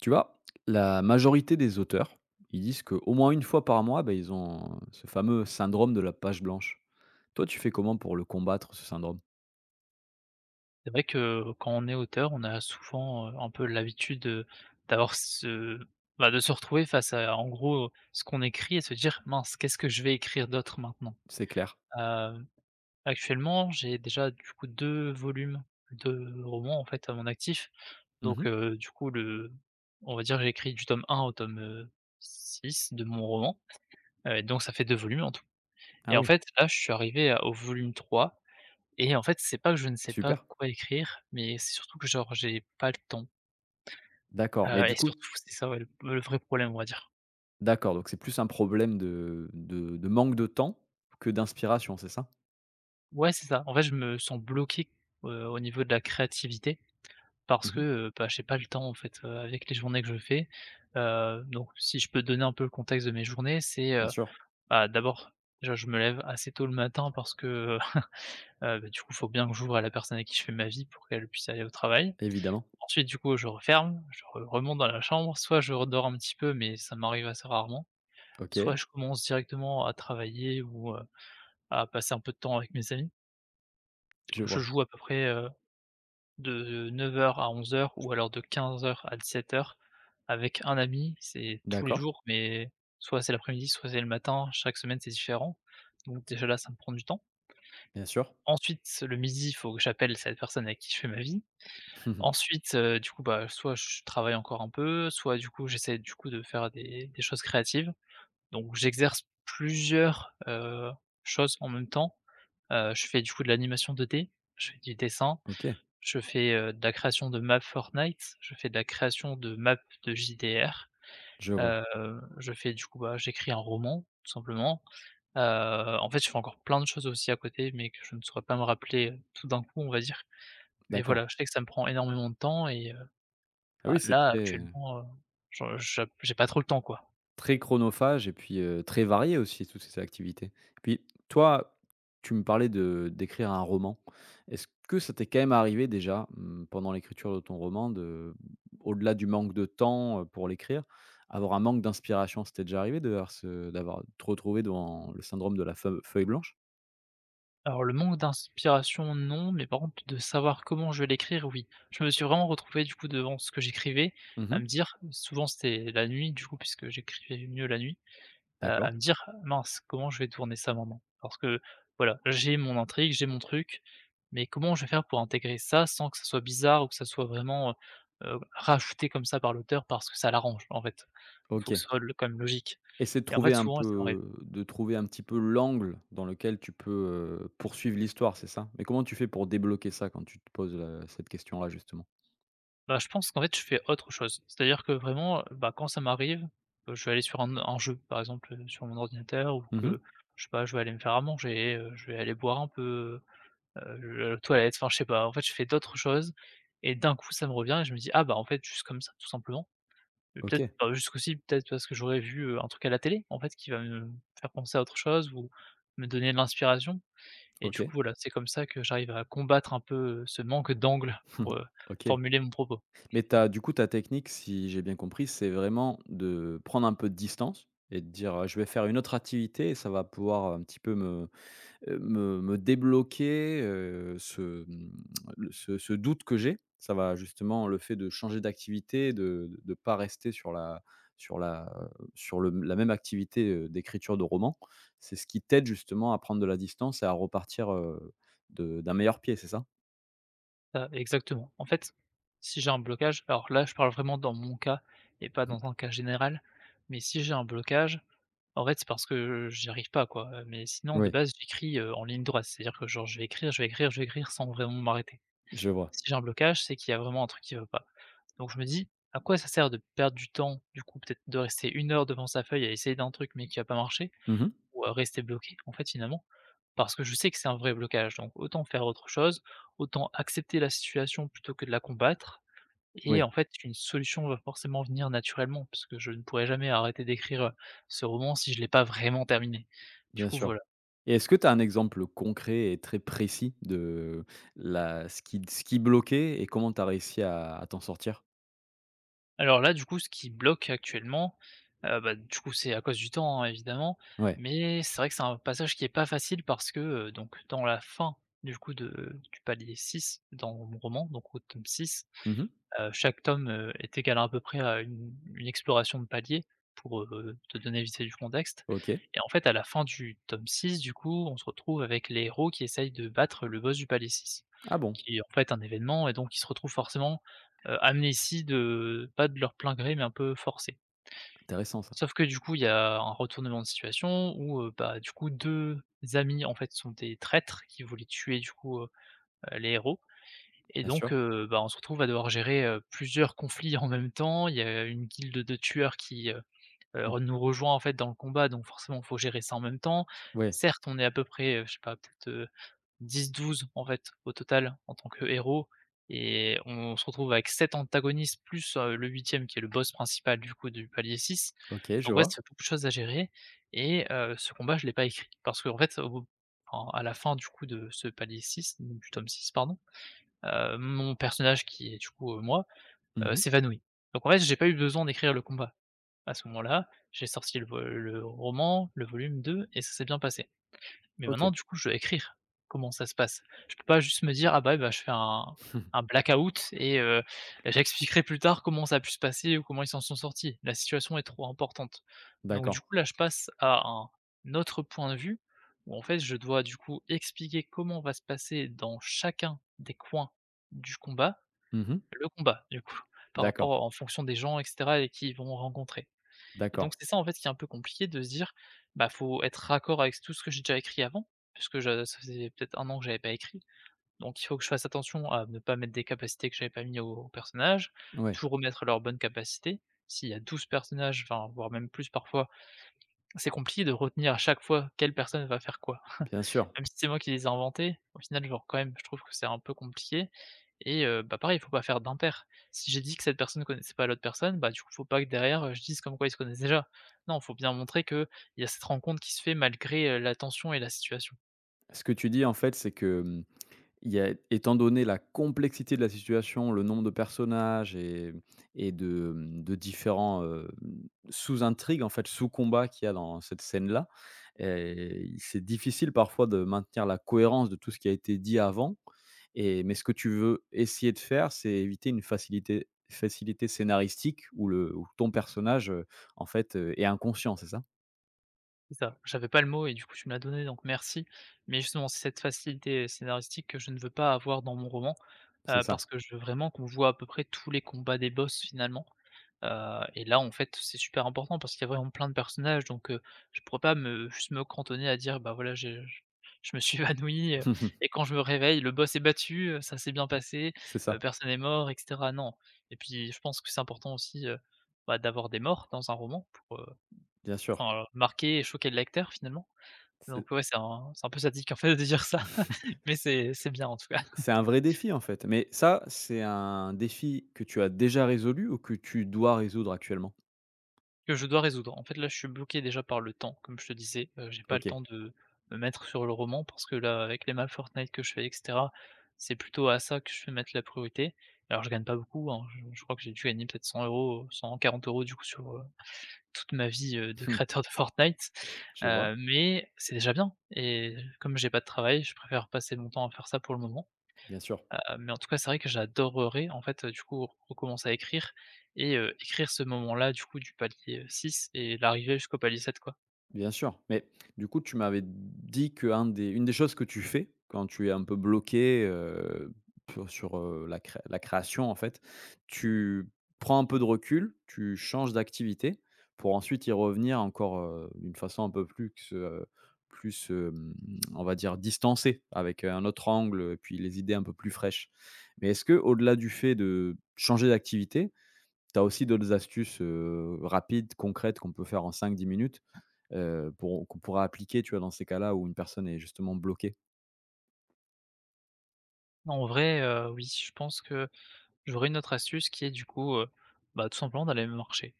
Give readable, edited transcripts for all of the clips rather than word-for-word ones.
Tu vois, la majorité des auteurs, ils disent qu'au moins une fois par mois, ben ils ont ce fameux syndrome de la page blanche. Toi, tu fais comment pour le combattre, ce syndrome? C'est vrai que quand on est auteur, on a souvent, un peu l'habitude, d'avoir ce bah, de se retrouver face à, en gros, ce qu'on écrit et se dire: «Mince, qu'est-ce que je vais écrire d'autre maintenant?» C'est clair. Heu, Actuellement, j'ai déjà du coup 2 volumes de romans, en fait, à mon actif. Donc Mmh. Du coup, le on va dire, que j'ai écrit du tome 1 au tome, 6 de mon roman, donc ça fait 2 volumes en tout. Ah Et en oui, fait, là, je suis arrivé à au volume 3. Et en fait, c'est pas que je ne sais pas super. quoi écrire, mais c'est surtout que genre j'ai pas le temps, D'accord, et surtout c'est ça ouais, le vrai problème on va dire. d'accord, donc c'est plus un problème de manque de temps que d'inspiration, c'est ça? Ouais c'est ça, en fait je me sens bloqué, au niveau de la créativité parce que, Mmh. Bah, j'ai pas le temps en fait, avec les journées que je fais. Donc si je peux donner un peu le contexte de mes journées, c'est, Bien sûr, bah, d'abord déjà je me lève assez tôt le matin parce que, bah, du coup, faut bien que j'ouvre à la personne avec qui je fais ma vie pour qu'elle puisse aller au travail. évidemment. Ensuite, du coup, je referme, je re remonte dans la chambre, soit je redors un petit peu, mais ça m'arrive assez rarement, OK, soit je commence directement à travailler ou, à passer un peu de temps avec mes amis. je Je vois. joue à peu près, de 9 h à 11 h ou alors de 15 h à 17 h avec un ami. C'est tous les D'accord, jours, mais soit c'est l'après-midi, soit c'est le matin. Chaque semaine, c'est différent, donc déjà là, ça me prend du temps. bien sûr. Ensuite, le midi, il faut que j'appelle cette personne avec qui je fais ma vie. Ensuite, du coup, bah, soit je travaille encore un peu, soit du coup j'essaie du coup de faire des choses créatives. Donc j'exerce plusieurs, choses en même temps. Je fais du coup de l'animation 2D, je fais du dessin, OK, je fais, de la création de maps Fortnite, je fais de la création de maps de JDR, je vois. heu, je fais du coup, bah, j'écris un roman tout simplement. En fait, je fais encore plein de choses aussi à côté, mais que je ne saurais pas me rappeler, tout d'un coup, on va dire. Mais D'accord. voilà, je sais que ça me prend énormément de temps et Ah bah, oui, c'est là, très actuellement, je j'ai pas trop le temps, quoi. Très chronophage et puis, très varié aussi toutes ces activités. Puis toi, tu me parlais de d'écrire un roman. Est-ce que ça t'est quand même arrivé déjà, pendant l'écriture de ton roman de au-delà du manque de temps, pour l'écrire, avoir un manque d'inspiration? C'était déjà arrivé d'avoir te retrouver dans le syndrome de la feuille blanche? Alors le manque d'inspiration, non, mais par contre de savoir comment je vais l'écrire, oui. Je me suis vraiment retrouvé du coup devant ce que j'écrivais, à Mmh. me dire souvent c'était la nuit du coup puisque j'écrivais mieux la nuit, à D'accord, me dire: «Mince, comment je vais tourner ça maintenant?» parce que voilà, j'ai mon intrigue, j'ai mon truc, mais comment je vais faire pour intégrer ça sans que ça soit bizarre ou que ça soit vraiment, rajouté comme ça par l'auteur parce que ça l'arrange en fait. Faut que OK. ce soit le quand même logique Essaie et en fait souvent ça m'arrivait. De trouver un petit peu l'angle dans lequel tu peux, poursuivre l'histoire, c'est ça? Mais comment tu fais pour débloquer ça quand tu te poses, cette question-là justement? Bah, je pense qu'en fait, je fais autre chose. C'est-à-dire que vraiment, bah, quand ça m'arrive, je vais aller sur un jeu, par exemple, sur mon ordinateur ou Mmh. que, je sais pas, je vais aller me faire à manger, je vais aller boire un peu, je vais aller aux toilettes, enfin, je sais pas. En fait, je fais d'autres choses et d'un coup, ça me revient et je me dis: «Ah, bah, en fait, juste comme ça, tout simplement». Mais OK, peut-être, bah, juste peut-être parce que j'aurais vu, un truc à la télé, en fait, qui va me faire penser à autre chose ou me donner de l'inspiration et du coup, OK, voilà, c'est comme ça que j'arrive à combattre un peu, ce manque d'angle pour, OK. formuler mon propos. Mais t'as du coup ta technique, si j'ai bien compris, c'est vraiment de prendre un peu de distance et de dire: «Je vais faire une autre activité et ça va pouvoir un petit peu me». Me débloquer, ce, mmh, le ce ce doute que j'ai. Ça va justement le fait de changer d'activité, de pas rester sur la sur la, sur le la même activité, d'écriture de roman. C'est ce qui t'aide justement à prendre de la distance et à repartir, de d'un meilleur pied, c'est ça? Exactement. En fait, si j'ai un blocage alors là, je parle vraiment dans mon cas et pas Mmh. dans un cas général, mais si j'ai un blocage, en fait, c'est parce que j'y arrive pas, quoi, mais sinon, de Oui, base, j'écris, en ligne droite. C'est-à-dire que, genre, je vais écrire, je vais écrire, je vais écrire sans vraiment m'arrêter. je vois. Si j'ai un blocage, c'est qu'il y a vraiment un truc qui va pas. Donc je me dis: «À quoi ça sert de perdre du temps, du coup, peut-être de rester une heure devant sa feuille à essayer d'un truc mais qui va pas marcher? Mmh. Ou, à rester bloqué, en fait, finalement, parce que je sais que c'est un vrai blocage, donc autant faire autre chose, autant accepter la situation plutôt que de la combattre et Oui, en fait, une solution va forcément venir naturellement parce que je ne pourrais jamais arrêter d'écrire, ce roman si je l'ai pas vraiment terminé». Du bien coup, sûr. voilà. Et est-ce que tu as un exemple concret et très précis de la ce qui bloquait et comment tu as réussi à t'en sortir? Alors là, du coup, ce qui bloque actuellement, bah, du coup, c'est à cause du temps, hein, évidemment, Ouais. mais c'est vrai que c'est un passage qui est pas facile parce que, donc dans la fin, du coup, de du palier 6 dans mon roman, donc au tome 6. Mmh. Chaque tome, est égal à peu près à une exploration de palier pour, te donner vite fait du contexte OK. et en fait à la fin du tome 6, du coup, on se retrouve avec les héros qui essayent de battre le boss du palier 6, Ah bon? qui est en fait un événement et donc ils se retrouvent forcément, amenés ici de pas de leur plein gré mais un peu forcés. Intéressant ça. Sauf que du coup, il y a un retournement de situation où, bah, du coup 2 amis en fait sont des traîtres qui voulaient tuer du coup, les héros et Bien sûr. donc, bah, on se retrouve à devoir gérer, plusieurs conflits en même temps. Il y a une guilde de tueurs qui, Mmh. nous rejoint en fait dans le combat, donc forcément il faut gérer ça en même temps. Ouais. Certes, on est à peu près, je sais pas, peut-être, 10-12 en fait au total en tant que héros et on se retrouve avec 7 antagonistes plus, le huitième qui est le boss principal du coup du palier 6. OK, je Donc ouais, ça vois. fait beaucoup de choses à gérer et ce combat je l'ai pas écrit parce qu'en fait, au bout enfin à la fin du coup de ce palier 6, donc du tome 6, pardon, mon personnage qui est du coup, moi, Mmh. s'évanouit. Donc en fait, j'ai pas eu besoin d'écrire le combat. À ce moment-là, j'ai sorti le vo le roman, le volume 2 et ça s'est bien passé. Mais maintenant OK. du coup, je dois écrire comment ça se passe. Je peux pas juste me dire: «Ah bah, eh bah, je fais un blackout et j'expliquerai plus tard comment ça a pu se passer ou comment ils s'en sont sortis». La situation est trop importante. Donc du D'accord. coup, là, je passe à un autre point de vue où en fait, je dois du coup expliquer comment va se passer dans chacun des coins du combat Mmh. le combat, du coup, par D'accord, rapport en fonction des gens et cetera et qui vont rencontrer et donc d'accord. c'est ça, en fait, qui est un peu compliqué de se dire: «Bah, faut être raccord avec tout ce que j'ai déjà écrit avant», puisque je ça faisait peut-être un an que j'avais pas écrit, donc il faut que je fasse attention à ne pas mettre des capacités que j'avais pas mis aux personnages, Ouais, toujours remettre leurs bonnes capacités. S'il y a 12 personnages, enfin, voire même plus parfois, c'est compliqué de retenir à chaque fois quelle personne va faire quoi. bien sûr. Même si c'est moi qui les ai inventés, au final, genre, quand même, je trouve que c'est un peu compliqué et bah, pareil, il faut pas faire d'impair. Si j'ai dit que cette personne connaissait pas l'autre personne, bah, du coup, faut pas que derrière, je dise comme quoi ils se connaissent déjà. Non, faut bien montrer que il y a cette rencontre qui se fait malgré, la tension et la situation. Ce que tu dis, en fait, c'est que, il y a étant donné la complexité de la situation, le nombre de personnages et de différents, sous-intrigues, en fait, sous-combats qu'il y a dans cette scène-là, et c'est difficile parfois de maintenir la cohérence de tout ce qui a été dit avant mais ce que tu veux essayer de faire, c'est éviter une facilité scénaristique où ton personnage, en fait, est inconscient, c'est ça? C'est ça, j'avais pas le mot et du coup tu me l'as donné donc merci. Mais justement c'est cette facilité scénaristique que je ne veux pas avoir dans mon roman, C'est ça. parce que je veux vraiment qu'on voit à peu près tous les combats des boss finalement. Et là en fait c'est super important parce qu'il y a vraiment plein de personnages, je pourrais pas me juste me cantonner à dire: «Bah voilà j'ai je me suis évanoui, et quand je me réveille le boss est battu, ça s'est bien passé, C'est ça, personne est mort» et cetera. Non, et puis je pense que c'est important aussi, bah, d'avoir des morts dans un roman pour. bien sûr. Enfin, marquer et choquer le lecteur finalement. C'est Donc ouais, c'est un peu sadique en fait de dire ça, mais c'est bien en tout cas, C'est un vrai défi en fait, mais ça, c'est un défi que tu as déjà résolu ou que tu dois résoudre actuellement? que je dois résoudre. En fait là, je suis bloqué déjà par le temps, comme je te disais. J'ai pas le OK. temps de me mettre sur le roman parce que là, avec les maps Fortnite que je fais et cetera, c'est plutôt à ça que je vais mettre la priorité. Alors je gagne pas beaucoup, hein, je crois que j'ai dû gagner peut-être 100 €, 140 € du coup sur, toute ma vie, de créateur de Fortnite, Je vois, mais c'est déjà bien, et comme j'ai pas de travail, je préfère passer mon temps à faire ça pour le moment. bien sûr. Mais en tout cas, c'est vrai que j'adorerais en fait, du coup, recommencer à écrire et écrire ce moment-là du coup du palier, 6 et l'arrivée jusqu'au palier 7 quoi. Bien sûr, mais du coup, tu m'avais dit qu'un des une des choses que tu fais quand tu es un peu bloqué, pour sur, la cré la création en fait, tu prends un peu de recul, tu changes d'activité pour ensuite y revenir encore, d'une façon un peu plus, on va dire distancée avec un autre angle, et puis les idées un peu plus fraîches. Mais est-ce que, au delà du fait de changer d'activité, tu as aussi d'autres astuces, rapides, concrètes qu'on peut faire en 5, 10 minutes. Pour qu'on pourra appliquer, tu vois, dans ces cas-là où une personne est justement bloquée. En vrai, oui, je pense que j'aurais une autre astuce qui est du coup, bah, tout simplement d'aller marcher.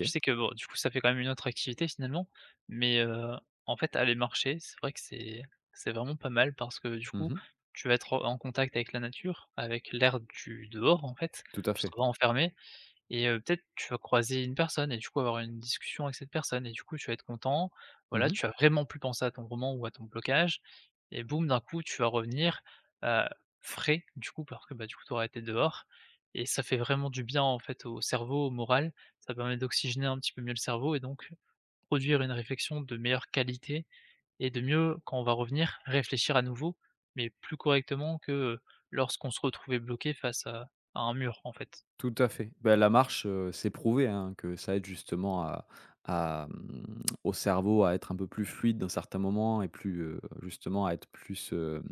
Je sais que bon, du coup, ça fait quand même une autre activité finalement, mais en fait, aller marcher, c'est vrai que c'est vraiment pas mal parce que du coup, Mmh. tu vas être en contact avec la nature, avec l'air du dehors en fait. Tout à Tu seras fait. pas enfermé. Et peut-être tu vas croiser une personne et du coup avoir une discussion avec cette personne et du coup tu vas être content. Voilà, Mmh. tu as vraiment plus pensé à ton roman ou à ton blocage, et boum, d'un coup, tu vas revenir, heu, frais du coup parce que, bah, du coup, tu auras été dehors, et ça fait vraiment du bien, en fait, au cerveau, au moral. Ça permet d'oxygéner un petit peu mieux le cerveau et donc produire une réflexion de meilleure qualité et de mieux, quand on va revenir, réfléchir à nouveau, mais plus correctement que lorsqu'on se retrouvait bloqué face à un mur, en fait. Tout à fait. Ben la marche, c'est prouvé, hein, que ça aide justement au cerveau à être un peu plus fluide dans certains moments et plus, justement à être plus, heu,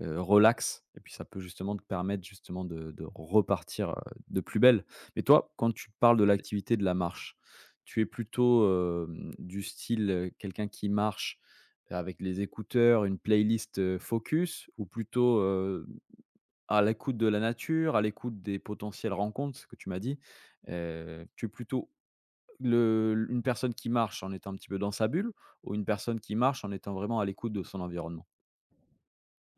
heu, relax et puis ça peut justement te permettre justement de repartir, de plus belle. Mais toi, quand tu parles de l'activité de la marche, tu es plutôt, du style, quelqu'un qui marche avec les écouteurs, une playlist, focus ou plutôt, à l'écoute de la nature, à l'écoute des potentielles rencontres, ce que tu m'as dit? Tu es plutôt le une personne qui marche en étant un petit peu dans sa bulle ou une personne qui marche en étant vraiment à l'écoute de son environnement?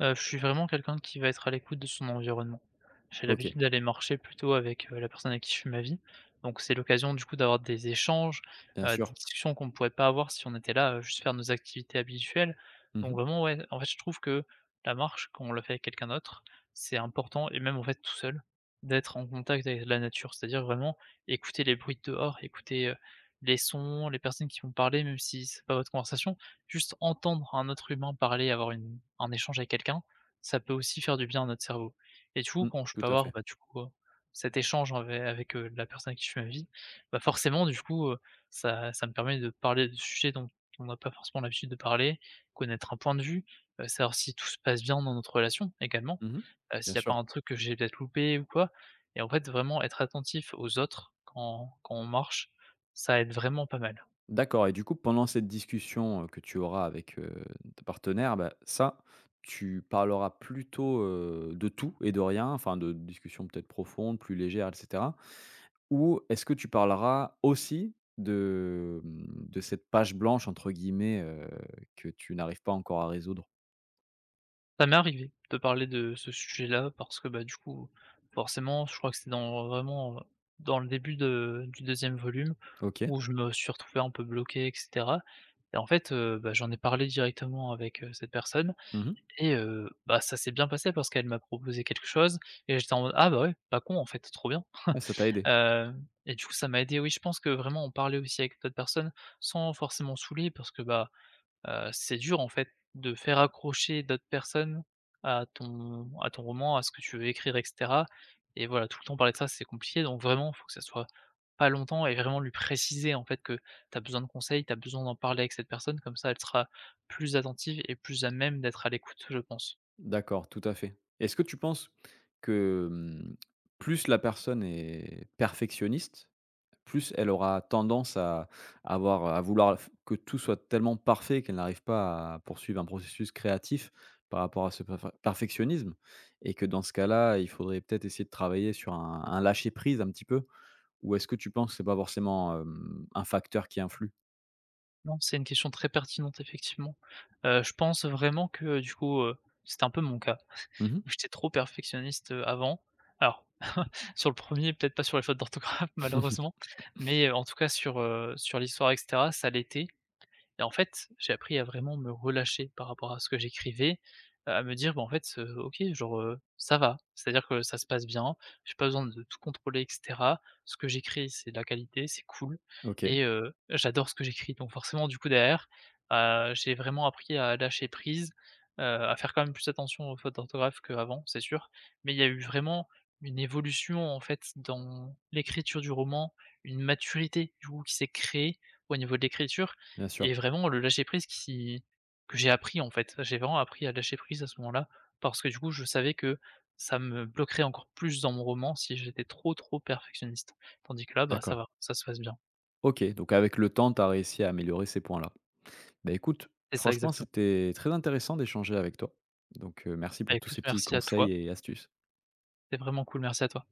Je suis vraiment quelqu'un qui va être à l'écoute de son environnement. J'ai OK, l'habitude d'aller marcher plutôt avec, la personne avec qui je fais ma vie, donc c'est l'occasion du coup d'avoir des échanges, bien des sûr. discussions qu'on ne pourrait pas avoir si on était là, juste faire nos activités habituelles. Donc Mmh. vraiment ouais, en fait je trouve que la marche quand on la fait avec quelqu'un d'autre, c'est important, et même en fait tout seul, d'être en contact avec la nature. C'est-à-dire vraiment écouter les bruits de dehors, écouter, les sons, les personnes qui vont parler, même si c'est pas votre conversation, juste entendre un autre humain parler, avoir une un échange avec quelqu'un, ça peut aussi faire du bien à notre cerveau. Et du coup, Mmh, quand je tout peux à avoir, fait. bah, du coup, cet échange avec la personne avec qui je fais ma vie, bah, forcément du coup, ça me permet de parler de sujets dont on n'a pas forcément l'habitude de parler, connaître un point de vue, savoir si tout se passe bien dans notre relation également, Mmh. Bien s'il n'y a pas sûr. un truc que j'ai peut-être loupé ou quoi, et en fait, vraiment être attentif aux autres quand on marche, ça aide vraiment pas mal. D'accord et du coup, pendant cette discussion, que tu auras avec, ta partenaire, bah, ça, tu parleras plutôt, de tout et de rien, enfin de discussions peut-être profondes, plus légères et cetera? Ou est-ce que tu parleras aussi de cette «page blanche» entre guillemets, que tu n'arrives pas encore à résoudre? Ça m'est arrivé de parler de ce sujet-là parce que, bah, du coup, forcément, je crois que c'était dans vraiment, dans le début de du deuxième volume OK. où je me suis retrouvé un peu bloqué et cetera, et en fait, bah, j'en ai parlé directement avec, cette personne, Mmh. et bah, ça s'est bien passé parce qu'elle m'a proposé quelque chose et j'étais en mode: «Ah bah, ouais, pas con en fait, trop bien». Ah ça t'a aidé. Heu et du coup, ça m'a aidé, oui, je pense que vraiment en parler aussi avec d'autres personnes sans forcément saouler parce que, bah, c'est dur en fait de faire accrocher d'autres personnes à ton roman, à ce que tu veux écrire et cetera, et voilà, tout le temps parler de ça, c'est compliqué, donc vraiment, il faut que ça soit pas longtemps et vraiment lui préciser en fait que tu as besoin de conseils, tu as besoin d'en parler avec cette personne, comme ça elle sera plus attentive et plus à même d'être à l'écoute, je pense. D'accord, tout à fait. Est-ce que tu penses que, plus la personne est perfectionniste, plus elle aura tendance à avoir, à vouloir f que tout soit tellement parfait qu'elle n'arrive pas à poursuivre un processus créatif par rapport à ce perfectionnisme et que dans ce cas-là, il faudrait peut-être essayer de travailler sur un lâcher prise un petit peu? Ou est-ce que tu penses que c'est pas forcément, un facteur qui influe? Non, c'est une question très pertinente effectivement. Je pense vraiment que du coup, c'était un peu mon cas. Mmh. J'étais trop perfectionniste, avant. Alors sur le premier, peut-être pas sur les fautes d'orthographe malheureusement, mais, en tout cas sur, sur l'histoire et cetera, ça l'était, et en fait, j'ai appris à vraiment me relâcher par rapport à ce que j'écrivais, à me dire: «Bon en fait, OK, genre, ça va». C'est-à-dire que ça se passe bien, j'ai pas besoin de tout contrôler et cetera. Ce que j'écris, c'est de la qualité, c'est cool, OK, et j'adore ce que j'écris donc forcément du coup derrière, j'ai vraiment appris à lâcher prise, à faire quand même plus attention aux fautes d'orthographe qu'avant, c'est sûr. Mais il y a eu vraiment une évolution en fait dans l'écriture du roman, une maturité du coup qui s'est créée au niveau de l'écriture bien et sûr. vraiment le lâcher prise qui que j'ai appris en fait. J'ai vraiment appris à lâcher prise à ce moment-là, parce que du coup je savais que ça me bloquerait encore plus dans mon roman si j'étais trop, trop perfectionniste. Tandis que là, bah, ça D'accord. va, ça se passe bien. OK, donc avec le temps, tu as réussi à améliorer ces points-là. Bah, écoute, C'est ça franchement, exactement. c'était très intéressant d'échanger avec toi. Donc, merci Bah, pour tous écoute, ces petits merci à toi. conseils et astuces. C'est vraiment cool, merci à toi.